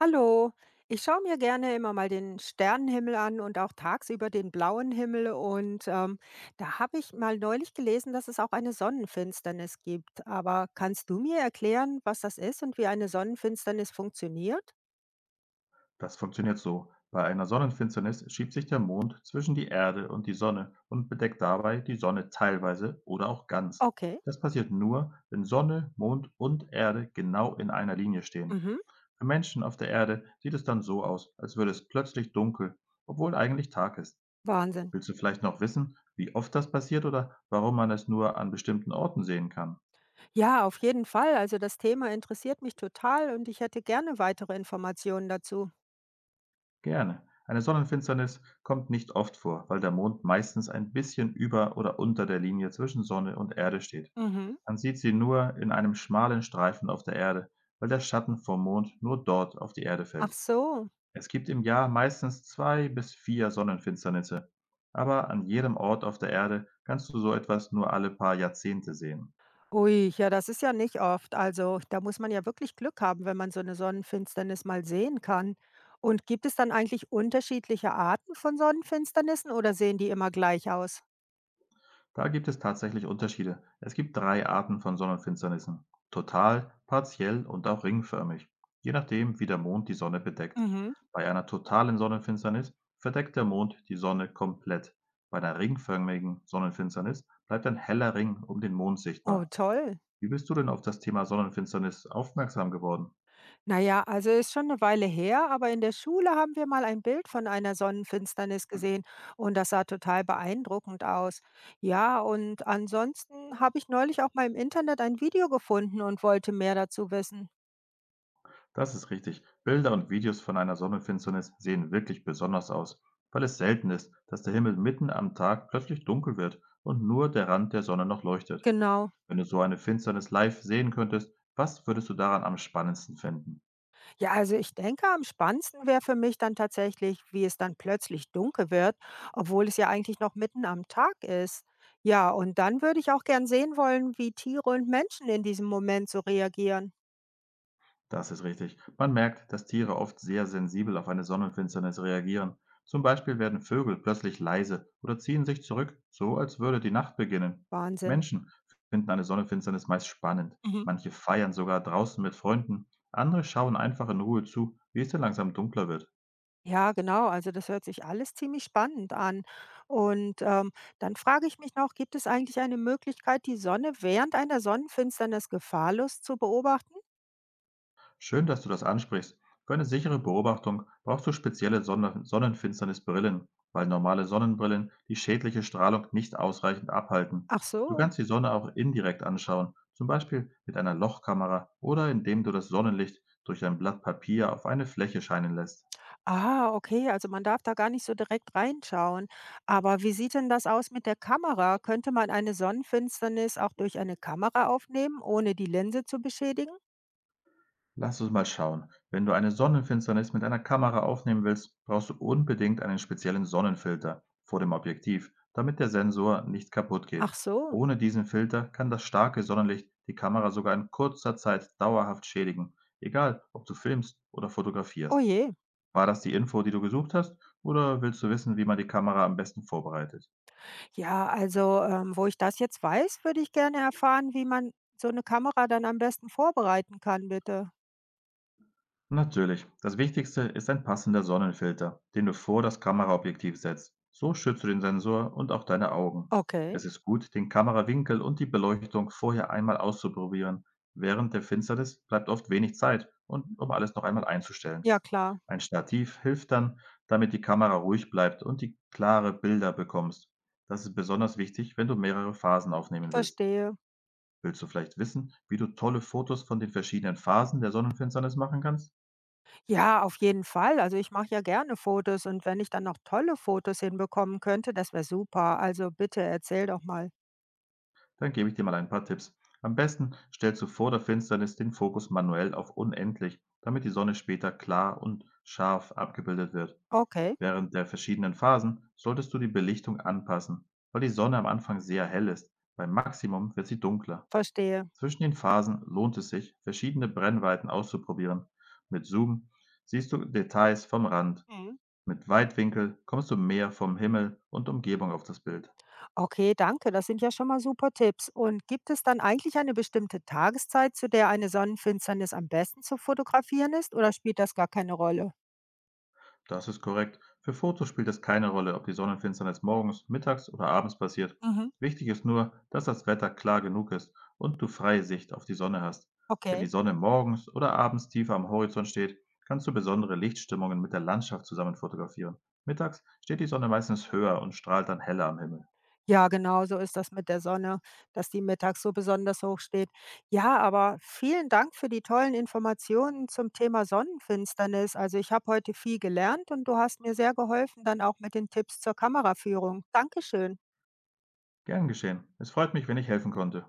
Hallo, ich schaue mir gerne immer mal den Sternenhimmel an und auch tagsüber den blauen Himmel. Da habe ich mal neulich gelesen, dass es auch eine Sonnenfinsternis gibt. Aber kannst du mir erklären, was das ist und wie eine Sonnenfinsternis funktioniert? Das funktioniert so. Bei einer Sonnenfinsternis schiebt sich der Mond zwischen die Erde und die Sonne und bedeckt dabei die Sonne teilweise oder auch ganz. Okay. Das passiert nur, wenn Sonne, Mond und Erde genau in einer Linie stehen. Mhm. Für Menschen auf der Erde sieht es dann so aus, als würde es plötzlich dunkel, obwohl eigentlich Tag ist. Wahnsinn. Willst du vielleicht noch wissen, wie oft das passiert oder warum man es nur an bestimmten Orten sehen kann? Ja, auf jeden Fall. Also das Thema interessiert mich total und ich hätte gerne weitere Informationen dazu. Gerne. Eine Sonnenfinsternis kommt nicht oft vor, weil der Mond meistens ein bisschen über oder unter der Linie zwischen Sonne und Erde steht. Mhm. Man sieht sie nur in einem schmalen Streifen auf der Erde, weil der Schatten vom Mond nur dort auf die Erde Ach fällt. so. Es gibt im Jahr meistens zwei bis vier Sonnenfinsternisse, aber an jedem Ort auf der Erde kannst du so etwas nur alle paar Jahrzehnte sehen. Ui, ja, das ist ja nicht oft. Also, da muss man ja wirklich Glück haben, wenn man so eine Sonnenfinsternis mal sehen kann. Und gibt es dann eigentlich unterschiedliche Arten von Sonnenfinsternissen oder sehen die immer gleich aus? Da gibt es tatsächlich Unterschiede. Es gibt 3 Arten von Sonnenfinsternissen: total, partiell und auch ringförmig, je nachdem, wie der Mond die Sonne bedeckt. Mhm. Bei einer totalen Sonnenfinsternis verdeckt der Mond die Sonne komplett. Bei einer ringförmigen Sonnenfinsternis bleibt ein heller Ring um den Mond Oh, sichtbar. toll. Wie bist du denn auf das Thema Sonnenfinsternis aufmerksam geworden? Na ja, also ist schon eine Weile her, aber in der Schule haben wir mal ein Bild von einer Sonnenfinsternis gesehen und das sah total beeindruckend aus. Ja, und ansonsten habe ich neulich auch mal im Internet ein Video gefunden und wollte mehr dazu wissen. Das ist richtig. Bilder und Videos von einer Sonnenfinsternis sehen wirklich besonders aus, weil es selten ist, dass der Himmel mitten am Tag plötzlich dunkel wird und nur der Rand der Sonne noch leuchtet. Genau. Wenn du so eine Finsternis live sehen könntest, was würdest du daran am spannendsten finden? Ja, also ich denke, am spannendsten wäre für mich dann tatsächlich, wie es dann plötzlich dunkel wird, obwohl es ja eigentlich noch mitten am Tag ist. Ja, und dann würde ich auch gern sehen wollen, wie Tiere und Menschen in diesem Moment so reagieren. Das ist richtig. Man merkt, dass Tiere oft sehr sensibel auf eine Sonnenfinsternis reagieren. Zum Beispiel werden Vögel plötzlich leise oder ziehen sich zurück, so als würde die Nacht beginnen. Wahnsinn. Menschen finden eine Sonnenfinsternis meist spannend. Mhm. Manche feiern sogar draußen mit Freunden. Andere schauen einfach in Ruhe zu, wie es denn langsam dunkler wird. Ja, genau. Also das hört sich alles ziemlich spannend an. Und ähm, dann frage ich mich noch, gibt es eigentlich eine Möglichkeit, die Sonne während einer Sonnenfinsternis gefahrlos zu beobachten? Schön, dass du das ansprichst. Für eine sichere Beobachtung brauchst du spezielle Sonder Sonnenfinsternisbrillen, weil normale Sonnenbrillen die schädliche Strahlung nicht ausreichend abhalten. Ach Du so. kannst die Sonne auch indirekt anschauen, zum Beispiel mit einer Lochkamera oder indem du das Sonnenlicht durch ein Blatt Papier auf eine Fläche scheinen lässt. Ah, okay, also man darf da gar nicht so direkt reinschauen. Aber wie sieht denn das aus mit der Kamera? Könnte man eine Sonnenfinsternis auch durch eine Kamera aufnehmen, ohne die Linse zu beschädigen? Lass uns mal schauen. Wenn du eine Sonnenfinsternis mit einer Kamera aufnehmen willst, brauchst du unbedingt einen speziellen Sonnenfilter vor dem Objektiv, damit der Sensor nicht kaputt Ach geht. so, Ohne diesen Filter kann das starke Sonnenlicht die Kamera sogar in kurzer Zeit dauerhaft schädigen, egal ob du filmst oder oh fotografierst. je. War das die Info, die du gesucht hast, oder willst du wissen, wie man die Kamera am besten vorbereitet? Ja, also wo ich das jetzt weiß, würde ich gerne erfahren, wie man so eine Kamera dann am besten vorbereiten kann, bitte. Natürlich. Das Wichtigste ist ein passender Sonnenfilter, den du vor das Kameraobjektiv setzt. So schützt du den Sensor und auch deine Augen. Okay, Es ist gut, den Kamerawinkel und die Beleuchtung vorher einmal auszuprobieren. Während der Finsternis bleibt oft wenig Zeit, und um alles noch einmal einzustellen. ja klar. Ein Stativ hilft dann, damit die Kamera ruhig bleibt und die klare Bilder bekommst. Das ist besonders wichtig, wenn du mehrere Phasen aufnehmen willst. Verstehe. Willst du vielleicht wissen, wie du tolle Fotos von den verschiedenen Phasen der Sonnenfinsternis machen kannst? Ja, auf jeden Fall. Also ich mache ja gerne Fotos und wenn ich dann noch tolle Fotos hinbekommen könnte, das wäre super. Also bitte erzähl doch mal. Dann gebe ich dir mal ein paar Tipps. Am besten stellst du vor der Finsternis den Fokus manuell auf unendlich, damit die Sonne später klar und scharf abgebildet wird. Okay. Während der verschiedenen Phasen solltest du die Belichtung anpassen, weil die Sonne am Anfang sehr hell ist. Beim Maximum wird sie dunkler. Verstehe. Zwischen den Phasen lohnt es sich, verschiedene Brennweiten auszuprobieren. Mit Zoom siehst du Details vom Rand. Mhm. Mit Weitwinkel kommst du mehr vom Himmel und Umgebung auf das Bild. Okay, danke. Das sind ja schon mal super Tipps. Und gibt es dann eigentlich eine bestimmte Tageszeit, zu der eine Sonnenfinsternis am besten zu fotografieren ist, oder spielt das gar keine Rolle? Das ist korrekt. Für Fotos spielt es keine Rolle, ob die Sonnenfinsternis morgens, mittags oder abends passiert. Mhm. Wichtig ist nur, dass das Wetter klar genug ist und du freie Sicht auf die Sonne hast. Wenn Okay. die Sonne morgens oder abends tiefer am Horizont steht, kannst du besondere Lichtstimmungen mit der Landschaft zusammen fotografieren. Mittags steht die Sonne meistens höher und strahlt dann heller am Himmel. Ja, genau so ist das mit der Sonne, dass die mittags so besonders hoch steht. Ja, aber vielen Dank für die tollen Informationen zum Thema Sonnenfinsternis. Also ich habe heute viel gelernt und du hast mir sehr geholfen, dann auch mit den Tipps zur Kameraführung. Dankeschön. Gern geschehen. Es freut mich, wenn ich helfen konnte.